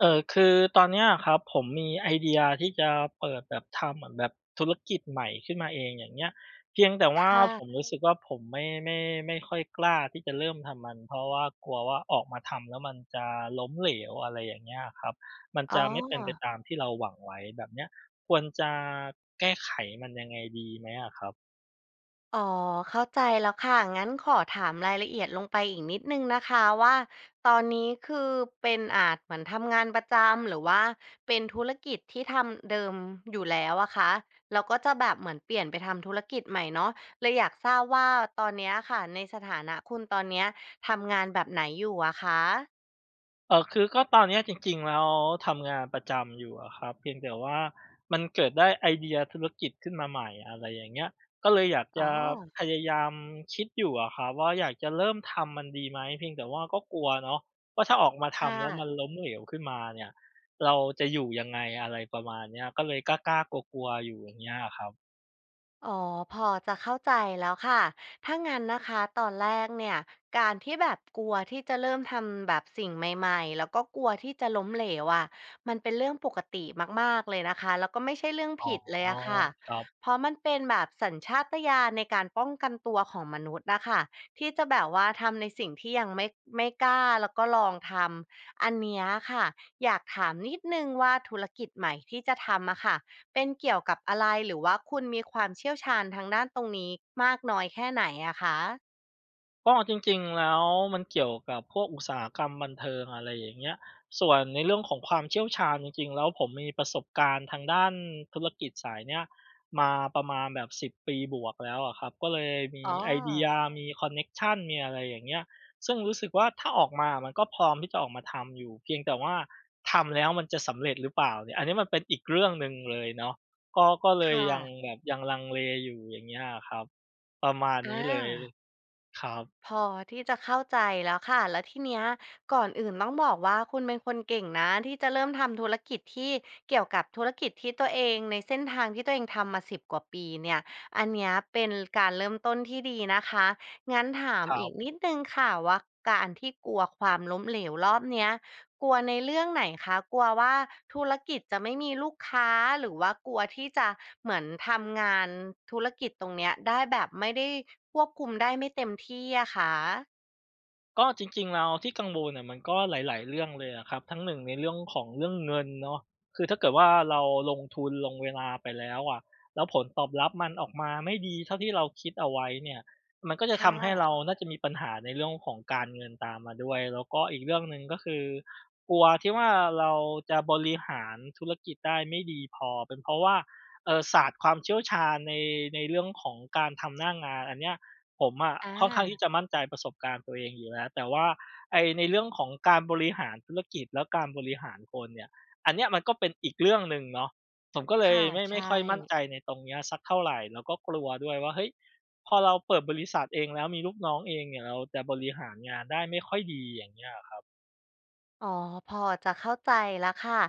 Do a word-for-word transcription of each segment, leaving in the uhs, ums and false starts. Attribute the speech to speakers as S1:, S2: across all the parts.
S1: เออคือตอนเนี้ยครับผมมีไอเดียที่จะเปิดแบบทำเหมือนแบบธุรกิจใหม่ขึ้นมาเองอย่างเงี้ยเพียงแต่ว่า
S2: ค่ะ
S1: ผมรู้สึกว่าผมไม่ไม่ไม่ค่อยกล้าที่จะเริ่มทำมันเพราะว่ากลัวว่าออกมาทำแล้วมันจะล้มเหลวอะไรอย่างเงี้ยครับมัน
S2: อ๋
S1: จะไม่เป็นไป
S2: อ
S1: ตามที่เราหวังไว้แบบเนี้ยควรจะแก้ไขมันยังไงดีไหมอะครับ
S2: อ๋อเข้าใจแล้วค่ะงั้นขอถามรายละเอียดลงไปอีกนิดนึงนะคะว่าตอนนี้คือเป็นอาจเหมือนทำงานประจำหรือว่าเป็นธุรกิจที่ทำเดิมอยู่แล้วอะคะแล้วก็จะแบบเหมือนเปลี่ยนไปทำธุรกิจใหม่เนาะเลยอยากทราบว่าตอนเนี้ยค่ะในสถานะคุณตอนเนี้ยทำงานแบบไหนอยู่อะคะ
S1: เออคือก็ตอนเนี้ยจริงๆแล้วทำงานประจำอยู่อะครับเพียงแต่ว่ามันเกิดได้ไอเดียธุรกิจขึ้นมาใหม่อะไรอย่างเงี้ยก็เลยอยาก
S2: อ๋อ
S1: จะพยายามคิดอยู่อะครับว่าอยากจะเริ่มทำมันดีไหมเพียงแต่ว่าก็กลัวเนาะว่าถ้าออกมา
S2: ค่ะ
S1: ทำแล้วมันล้มเหลวขึ้นมาเนี่ยเราจะอยู่ยังไงอะไรประมาณเนี้ยก็เลยกล้าๆกลัวๆอยู่อย่างเงี้ยอะครับ
S2: อ๋อพอจะเข้าใจแล้วค่ะถ้างั้นนะคะตอนแรกเนี่ยการที่แบบกลัวที่จะเริ่มทำแบบสิ่งใหม่ๆแล้วก็กลัวที่จะล้มเหลวอะมันเป็นเรื่องปกติมากๆเลยนะคะแล้วก็ไม่ใช่เรื่อง
S1: อ๋อ
S2: ผิดเลยอะค่ะ
S1: ครับ
S2: เพราะมันเป็นแบบสัญชาตญาณในการป้องกันตัวของมนุษย์นะคะที่จะแบบว่าทำในสิ่งที่ยังไม่ไม่กล้าแล้วก็ลองทำอันเนี้ยค่ะอยากถามนิดนึงว่าธุรกิจใหม่ที่จะทำอะค่ะ เป็นเกี่ยวกับอะไรหรือว่าคุณมีความเชี่ยวชาญทางด้านตรงนี้มากน้อยแค่ไหนอะคะ
S1: ก็จริงๆแล้วมันเกี่ยวกับพวกอุตสาหกรรมบันเทิงอะไรอย่างเงี้ยส่วนในเรื่องของความเชี่ยวชาญจริงๆแล้วผมมีประสบการณ์ทางด้านธุรกิจสายเนี้ยมาประมาณแบบสิบปีบวกแล้วอะครับก็เลยมี
S2: อ๋อ
S1: ไอเดียมีคอนเน็กชันมีอะไรอย่างเงี้ยซึ่งรู้สึกว่าถ้าออกมามันก็พร้อมที่จะออกมาทำอยู่เพียงแต่ว่าทำแล้วมันจะสำเร็จหรือเปล่าเนี่ยอันนี้มันเป็นอีกเรื่องหนึ่งเลยเนาะก็ก็เลย
S2: ค่ะ
S1: ยังแบบยังลังเลอยู่อย่างเงี้ยอะครับประมาณนี้
S2: อา
S1: เลยครับ
S2: พอที่จะเข้าใจแล้วค่ะ แล้วทีเนี้ยก่อนอื่นต้องบอกว่าคุณเป็นคนเก่งนะที่จะเริ่มทำธุรกิจที่เกี่ยวกับธุรกิจที่ตัวเองในเส้นทางที่ตัวเองทำมาสิบกว่าปีเนี่ยอันเนี้ยเป็นการเริ่มต้นที่ดีนะคะงั้นถาม
S1: ครั
S2: อีก
S1: บ
S2: นิดหนึ่งค่ะว่าการที่กลัวความล้มเหลวรอบเนี้ย กลัวในเรื่องไหนคะกลัวว่าธุรกิจจะไม่มีลูกค้าหรือว่ากลัวที่จะเหมือนทำงานธุรกิจตรงเนี้ยได้แบบไม่ได้ควบคุมได้ไม่เต็มที่อะคะ
S1: ก็จริงๆแล้วที่กังวลเน่ยมันก็หลายๆเรื่องเลยอะครับทั้งหนึ่งในเรื่องของเรื่องเงินเนาะคือถ้าเกิดว่าเราลงทุนลงเวลาไปแล้วอะแล้วผลตอบรับมันออกมาไม่ดีเท่าที่เราคิดเอาไว้เนี่ยมันก็จะ
S2: ค
S1: ทำให้เรา
S2: ่ะ
S1: น่าจะมีปัญหาในเรื่องของการเงินตามมาด้วยแล้วก็อีกเรื่องหนึ่งก็คือกลัวที่ว่าเราจะบริหารธุรกิจได้ไม่ดีพอเป็นเพราะว่าเอ่อศาสตร์ความเชี่ยวชาญในในเรื่องของการทำหน้างานอันเนี้ย ผมอะ
S2: อ
S1: ค่อนข้างที่
S2: า
S1: จะมั่นใจประสบการณ์ตัวเองอยู่แล้วแต่ว่าไอ้ในเรื่องของการบริหารธุรกิจแล้วการบริหารคนเนี่ยอันเนี้ยมันก็เป็นอีกเรื่องหนึ่งเนาะผมก็เลย
S2: ค่ะ
S1: ไม่ไม่ค่
S2: ใช่
S1: อยมั่นใจในตรงเนี้ยสักเท่าไรแล้วก็กลัวด้วยว่าเฮ้ยพอเราเปิดบริษัทเองแล้วมีลูกน้องเองเนี่ยเราจะบริหารงานได้ไม่ค่อยดีอย่างเงี้ย
S2: อ๋อพอจะเข้าใจแล้วค่ะ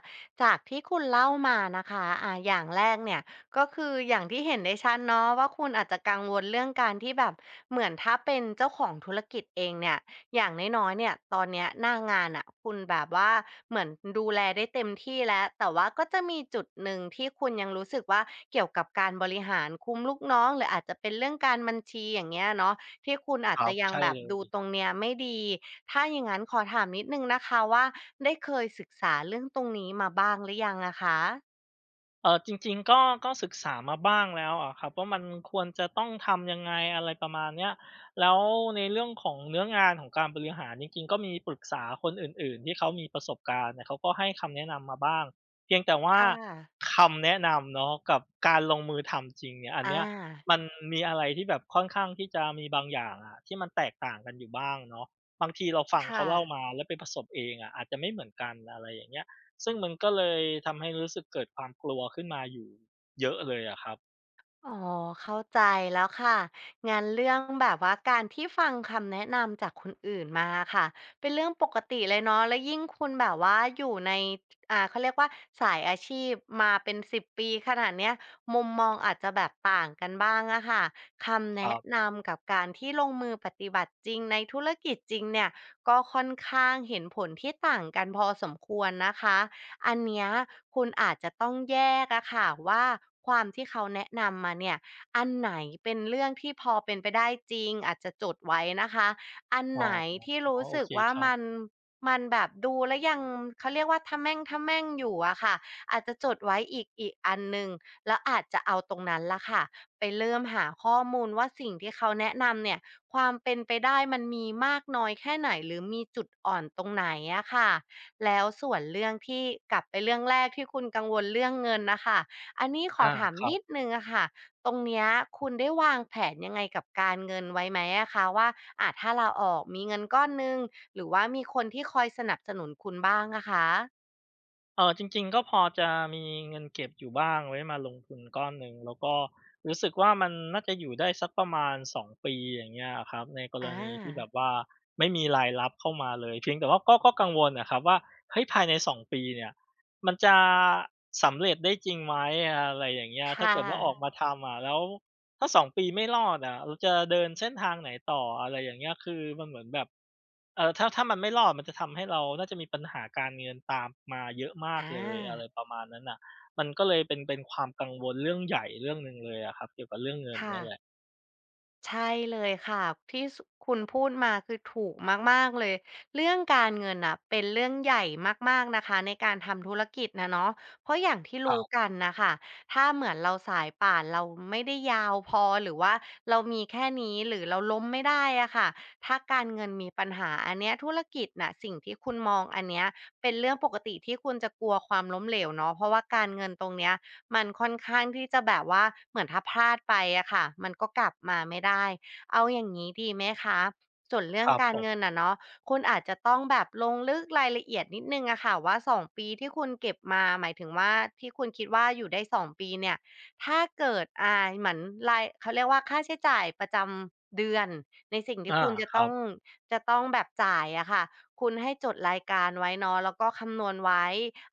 S2: จากที่คุณเล่ามานะคะอ่าอย่างแรกเนี่ยก็คืออย่างที่เห็นได้ชัดเนาะว่าคุณอาจจะกังวลเรื่องการที่แบบเหมือนถ้าเป็นเจ้าของธุรกิจเองเนี่ยอย่างน้อยๆเนี่ยตอนเนี้ยหน้างานน่ะคุณแบบว่าเหมือนดูแลได้เต็มที่แล้วแต่ว่าก็จะมีจุดหนึ่งที่คุณยังรู้สึกว่าเกี่ยวกับการบริหารคุมลูกน้องหรืออาจจะเป็นเรื่องการบัญชีอย่างเงี้ยเนาะ ที่คุณ
S1: ค
S2: อาจ
S1: รั
S2: จะ
S1: บ
S2: ยัง
S1: ใช่
S2: แบบ
S1: เล
S2: ดู
S1: ย
S2: ตรงเนี้ยไม่ดี ถ้าอย่างงั้นขอถามนิดนึงนะคะว่าได้เคยศึกษาเรื่องตรงนี้มาบ้างหรือยังอะคะ
S1: เออจริงๆก็ก็ศึกษามาบ้างแล้วอะครับว่ามันควรจะต้องทำยังไงอะไรประมาณเนี้ยแล้วในเรื่องของเนื้องานของการบริหารจริงๆก็มีปรึกษาคนอื่นๆที่เขามีประสบการณ์เนี่ยเขาก็ให้คำแนะนำมาบ้างเพียงแต่ว่า
S2: ค่ะ
S1: คำแนะนำเนาะกับการลงมือทำจริงเนี่ยอัน
S2: อ่
S1: เนี้ยมั
S2: า
S1: นมีอะไรที่แบบค่อนข้างที่จะมีบางอย่างอะที่มันแตกต่างกันอยู่บ้างเนาะบางทีเราฟังเขา
S2: ค่ะ
S1: เล่ามาแล้วไปประสบเองอะอาจจะไม่เหมือนกันอะไรอย่างเงี้ย ซึ่งมันก็เลยทำให้รู้สึกเกิดความกลัวขึ้นมาอยู่เยอะเลยอะครับ
S2: อ๋อเข้าใจแล้วค่ะงานเรื่องแบบว่าการที่ฟังคำแนะนำจากคนอื่นมาค่ะเป็นเรื่องปกติเลยเนาะแล้วยิ่งคุณแบบว่าอยู่ในอ่าเขาเรียกว่าสายอาชีพมาเป็นสิบปีขนาดเนี้ยมุมมองอาจจะแบบต่างกันบ้างอะค่ะคำ
S1: ค
S2: แนะ
S1: รับ
S2: นำกับการที่ลงมือปฏิบัติจริงในธุรกิจจริงเนี่ยก็ค่อนข้างเห็นผลที่ต่างกันพอสมควรนะคะ อันเนี้ยคุณอาจจะต้องแยกอะค่ะว่าความที่เขาแนะนำมาเนี่ยอันไหนเป็นเรื่องที่พอเป็นไปได้จริงอาจจะจดไว้นะคะอัน
S1: อ๋อ
S2: ไหนที่
S1: อ๋อ
S2: รู้
S1: โอ
S2: สึก
S1: เค
S2: ว่า
S1: ครั
S2: มัน
S1: บ
S2: มันแบบดูแล้วยังเขาเรียกว่าทะแม่งทะแม่งอยู่อะค่ะอาจจะจดไว้อีกอีกอันหนึ่งแล้วอาจจะเอาตรงนั้นละค่ะไปเริ่มหาข้อมูลว่าสิ่งที่เขาแนะนำเนี่ยความเป็นไปได้มันมีมากน้อยแค่ไหนหรือมีจุดอ่อนตรงไหนอะค่ะ แล้วส่วนเรื่องที่กลับไปเรื่องแรกที่คุณกังวลเรื่องเงินน่ะค่ะอันนี้ขอ
S1: อา
S2: ถาม
S1: ครั
S2: นิด
S1: บ
S2: หนึ่งอะค่ะตรงเนี้ยคุณได้วางแผนยังไงกับการเงินไว้ไหมอะคะว่าอาถ้าลาออกมีเงินก้อนหนึ่งหรือว่ามีคนที่คอยสนับสนุนคุณบ้างอะคะ
S1: เออจริงๆก็พอจะมีเงินเก็บอยู่บ้างไว้มาลงทุนก้อนหนึ่งแล้วก็รู้สึกว่ามันน่าจะอยู่ได้สักประมาณสองปีอย่างเงี้ยครับในกร
S2: อา
S1: ณีที่แบบว่าไม่มีรายรับเข้ามาเลยเพียงแต่ว่าก็ก็กังวลอะครับว่าเฮ้ยภายในสองปีเนี่ยมันจะสำเร็จได้จริงไหมอะไรอย่างเงี้ยถ้า
S2: ค่ะ
S1: เกิดว่าออกมาทำอะแล้วถ้าสองปีไม่รอดอะเราจะเดินเส้นทางไหนต่ออะไรอย่างเงี้ยคือมันเหมือนแบบ เอ่อถ้าถ้ามันไม่รอดมันจะทำให้เราน่าจะมีปัญหาการเงินตามมาเยอะมา
S2: อ
S1: กเลยอะไร
S2: า
S1: ประมาณนั้นน่ะมันก็เลยเป็นเป็นความกังวลเรื่องใหญ่เรื่องหนึ่งเลยอะครับเกี่ยวกับเรื่องเงิน
S2: ค่ะ
S1: เนี่ยแหละ
S2: ใช่เลยค่ะที่สคุณพูดมาคือถูกมากๆเลยเรื่องการเงินน่ะเป็นเรื่องใหญ่มากๆนะคะในการทำธุรกิจน่ะเนาะเพราะอย่างที่
S1: ค
S2: รู้
S1: รับ
S2: กันน่ะค่ะถ้าเหมือนเราสายป่านเราไม่ได้ยาวพอหรือว่าเรามีแค่นี้หรือเราล้มไม่ได้อะค่ะถ้าการเงินมีปัญหาอันเนี้ยธุรกิจน่ะสิ่งที่คุณมองอันเนี้ยเป็นเรื่องปกติที่คุณจะกลัวความล้มเหลวเนาะเพราะว่าการเงินตรงเนี้ย มันค่อนข้างที่จะแบบว่าเหมือนถ้าพลาดไปอะค่ะมันก็กลับมาไม่ได้เอาอย่างนี้ดีไหมคะส่วนเรื่
S1: ค
S2: อง
S1: รับ
S2: กา
S1: ผ
S2: ร
S1: ม
S2: เงินน่ะเนาะคุณอาจจะต้องแบบลงลึกรายละเอียดนิดนึงอะค่ะว่าสองปีที่คุณเก็บมาหมายถึงว่าที่คุณคิดว่าอยู่ได้สองปีเนี่ยถ้าเกิดอ่าเหมือนรายเขาเรียกว่าค่าใช้จ่ายประจำเดือนในสิ่งที่
S1: อา
S2: คุณจะ
S1: ครั
S2: ต้อ
S1: บ
S2: งจะต้องแบบจ่ายอะค่ะคุณให้จดรายการไว้เนาะแล้วก็คำนวณไว้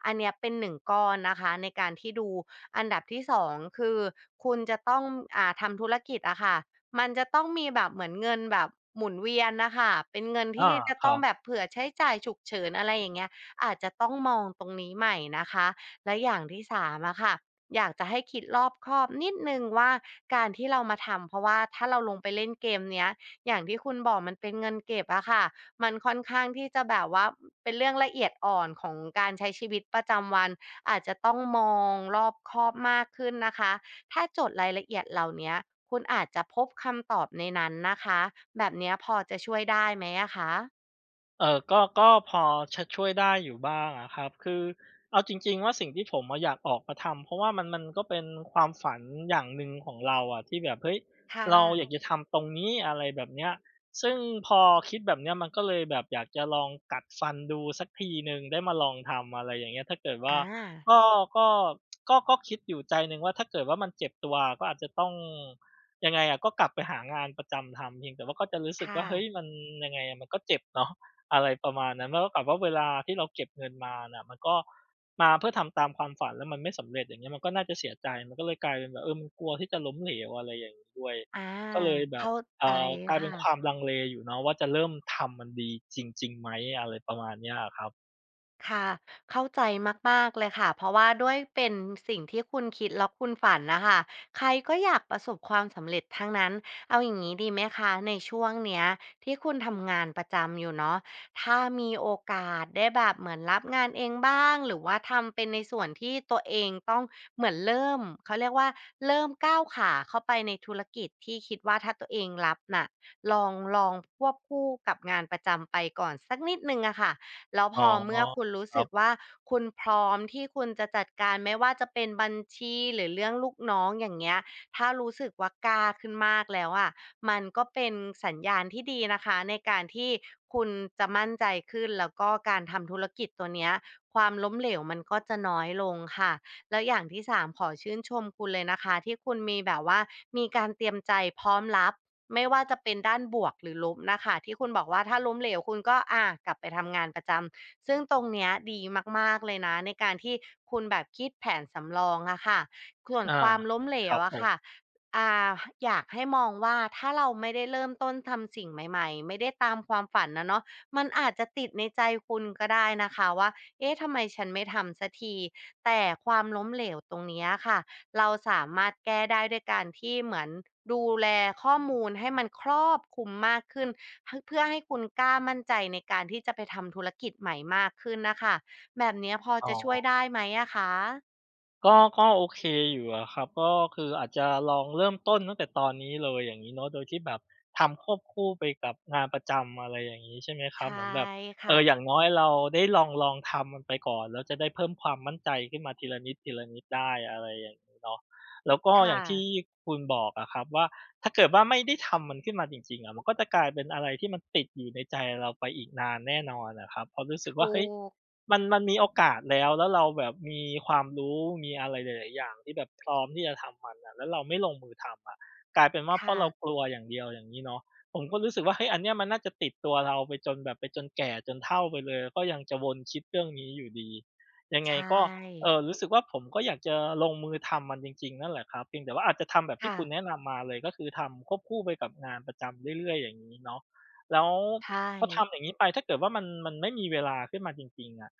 S2: อันเนี้ยเป็นหนึ่งก้อนนะคะในการที่ดู อันดับที่สองคือคุณจะต้องอ่าทำธุรกิจอะค่ะมันจะต้องมีแบบเหมือนเงินแบบหมุนเวียนนะคะเป็นเงิน
S1: อา
S2: ที่จะ
S1: ค
S2: ต้อ
S1: รั
S2: ง
S1: บ
S2: แบบเผื่อใช้จ่ายฉุกเฉินอะไรอย่างเงี้ยอาจจะต้องมองตรงนี้ใหม่นะคะและอย่างที่สามอะค่ะอยากจะให้คิดรอบคอบนิดหนึ่งว่าการที่เรามาทำเพราะว่าถ้าเราลงไปเล่นเกมเนี้ยอย่างที่คุณบอกมันเป็นเงินเก็บอะค่ะมันค่อนข้างที่จะแบบว่าเป็นเรื่องละเอียดอ่อนของการใช้ชีวิตประจำวัน อาจจะต้องมองรอบคอบมากขึ้นนะคะ ถ้าจดรายละเอียดเหล่าเนี้ยคุณอาจจะพบคำตอบในนั้นนะคะ แบบเนี้ยพอจะช่วยได้ไหมอะคะ
S1: เออก็ก็พอจะช่วยได้อยู่บ้างอะครับคือเอาจริงๆว่าสิ่งที่ผมอะอยากออกมาทำเพราะว่ามันมันก็เป็นความฝันอย่างหนึ่งของเราอะที่แบบเฮ้ย
S2: ค
S1: เราอยาก
S2: ่ะ
S1: จะทำตรงนี้อะไรแบบเนี้ยซึ่งพอคิดแบบเนี้ยมันก็เลยแบบอยากจะลองกัดฟันดูสักทีหนึ่งได้มาลองทำอะไรอย่างเงี้ยถ้าเกิดว่า
S2: อ่า
S1: ก็ก็ก็ก็คิดอยู่ใจหนึ่งว่าถ้าเกิดว่ามันเจ็บตัวอะก็อาจจะต้องยังไงอะก็กลับไปหางานประจำทำเพียงแต่ว่าก็จะรู้สึก
S2: ค่ะ
S1: ว่าเฮ้ยมันยังไงอะมันก็เจ็บเนาะ อะไรประมาณนั้นแล้วกับว่าเวลาที่เราเก็บเงินมาน่ะมันก็มาเพื่อทำตามความฝันแล้วมันไม่สำเร็จอย่างเงี้ยมันก็น่าจะเสียใจมันก็เลยกลายเป็นแบบเออมันกลัวที่จะล้มเหลวอะไรอย่างงี้ด้วย
S2: อ่า
S1: ก็เลยแบบ
S2: เข้าใจ
S1: เอ่อกลายเป็นความ
S2: ค่ะ
S1: ลังเลอยู่เนาะว่าจะเริ่มทำมันดีจริงๆไหมอะไรประมาณเนี้ยอะครับ
S2: ค่ะเข้าใจมากๆเลยค่ะเพราะว่าด้วยเป็นสิ่งที่คุณคิดแล้วคุณฝันนะคะใครก็อยากประสบความสำเร็จทั้งนั้นเอาอย่างนี้ดีไหมคะในช่วงเนี้ยที่คุณทำงานประจำอยู่เนาะถ้ามีโอกาสได้แบบเหมือนรับงานเองบ้างหรือว่าทำเป็นในส่วนที่ตัวเองต้องเหมือนเริ่มเขาเรียกว่าเริ่มก้าวขาเข้าไปในธุรกิจที่คิดว่าถ้าตัวเองรับน่ะลองลองควบคู่กับงานประจำไปก่อนสักนิดหนึ่งอะค่ะ แล้ว
S1: อ๋
S2: พ
S1: อ
S2: อเมื่อคุณรู้
S1: ครั
S2: สึก
S1: บ
S2: ว่าคุณพร้อมที่คุณจะจัดการไม่ว่าจะเป็นบัญชีหรือเรื่องลูกน้องอย่างเงี้ยถ้ารู้สึกว่ากล้าขึ้นมากแล้วอะมันก็เป็นสัญญาณที่ดีนะคะในการที่คุณจะมั่นใจขึ้นแล้วก็การทำธุรกิจตัวเนี้ยความล้มเหลวมันก็จะน้อยลงค่ะแล้วอย่างที่สามขอชื่นชมคุณเลยนะคะที่คุณมีแบบว่ามีการเตรียมใจพร้อมรับ ไม่ว่าจะเป็นด้านบวกหรือลบน่ะค่ะที่คุณบอกว่าถ้าล้มเหลวคุณก็อากลับไปทำงานประจำซึ่งตรงเนี้ยดีมากๆเลยนะในการที่คุณแบบคิดแผนสำรองอะค่ะส่วน
S1: อา
S2: ความล้มเหล
S1: ครั
S2: ว
S1: บผ
S2: อะค่ะ
S1: ม
S2: อ่าอยากให้มองว่าถ้าเราไม่ได้เริ่มต้นทำสิ่งใหม่ๆไม่ได้ตามความฝันนะเนาะมันอาจจะติดในใจคุณก็ได้นะคะว่าเอ๊ะทำไมฉันไม่ทำสักทีแต่ความล้มเหลวตรงเนี้ยค่ะ เราสามารถแก้ได้ด้วยการที่เหมือนดูแลข้อมูลให้มันครอบคลุมมากขึ้นเพื่อเพื่อให้คุณกล้ามั่นใจในการที่จะไปทำธุรกิจใหม่มากขึ้นนะคะแบบเนี้ยพอ
S1: อ๋อ
S2: จะช่วยได้ไหมอะคะ
S1: ก็ก็โอเคอยู่อะครับก็คืออาจจะลองเริ่มต้นตั้งแต่ตอนนี้เลยอย่างงี้เนาะโดยที่แบบทำควบคู่ไปกับงานประจำอะไรอย่างงี้ใช่ไหมค
S2: ใช
S1: รับเหมื
S2: ่
S1: อนแบบเอ่
S2: ค่ะ
S1: ออย่างน้อยเราได้ลองลองทำมันไปก่อนแล้วจะได้เพิ่มความมั่นใจขึ้นมาทีละนิดทีละนิดได้อะไรอย่างงี้เนาะแล้วก็อย่า
S2: ค่ะ
S1: งที่คุณบอกอะครับว่าถ้าเกิดว่าไม่ได้ทำมันขึ้นมาจริงๆอะมันก็จะกลายเป็นอะไรที่มันติดอยู่ในใจเราไปอีกนานแน่นอนอะครับเพราะรู้สึ
S2: ถ
S1: กว่า
S2: ู
S1: เฮ้ย
S2: ก
S1: มันมันมีโอกาสแล้วแล้วเราแบบมีความรู้มีอะไรหลายๆอย่างที่แบบพร้อมที่จะทำมันอะแล้วเราไม่ลงมือทำอะกลายเป็นว่าเพราะ
S2: ค่ะ
S1: เรากลัวอย่างเดียวอย่างงี้เนาะผมก็รู้สึกว่าเฮ้ยอันเนี้ยมันน่าจะติดตัวเราไปจนแบบไปจนแก่จนเฒ่าไปเลยก็ยังจะวนคิดเรื่องนี้อยู่ดียังไง
S2: ใช่
S1: ก็เอ่อรู้สึกว่าผมก็อยากจะลงมือทำมันจริงๆนั่นแหละครับเพียงแต่ว่าอาจจะทำแบบที่
S2: ค่ะ
S1: คุณแนะนำมาเลยก็คือทำควบคู่ไปกับงานประจำเรื่อยๆอย่างงี้เนาะแล้ว
S2: ใช่
S1: พอทำอย่างงี้ไปถ้าเกิดว่ามันมันไม่มีเวลาขึ้นมาจริงๆอะ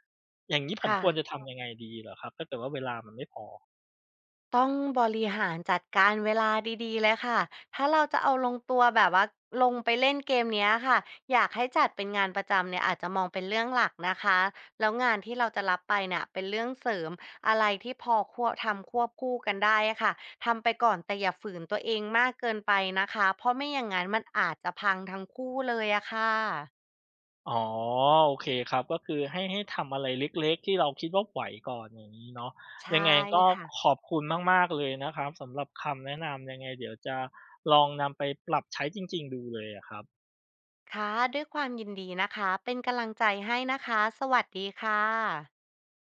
S1: อย่างงี้ผม
S2: ค่ะ
S1: ควรจะทำยังไงดีเหรอครับถ้าเกิดว่าเวลามันไม่พอ
S2: ต้องบริหารจัดการเวลาดีๆเลยค่ะ ถ้าเราจะเอาลงตัวแบบว่าลงไปเล่นเกมเนี้ยค่ะอยากให้จัดเป็นงานประจำเนี่ยอาจจะมองเป็นเรื่องหลักนะคะแล้วงานที่เราจะรับไปเนี่ยเป็นเรื่องเสริม อะไรที่พอควบทำควบคู่กันได้อะค่ะทำไปก่อนแต่อย่าฝืนตัวเองมากเกินไปนะคะเพราะไม่อย่างนั้นมันอาจจะพังทั้งคู่เลยอะค่ะ
S1: อ๋อโอเคครับก็คือให้ให้ทำอะไรเล็กๆที่เราคิดว่าไหวก่อนอย่างงี้เนาะ
S2: ใช่
S1: ยังไงก็
S2: ค่ะ
S1: ขอบคุณมากๆเลยนะครับสำหรับคำแนะนำยังไงเดี๋ยวจะลองนำไปปรับใช้จริงๆดูเลยอะครับ
S2: ค่ะด้วยความยินดีนะคะเป็นกำลังใจให้นะคะสวัสดีค่ะ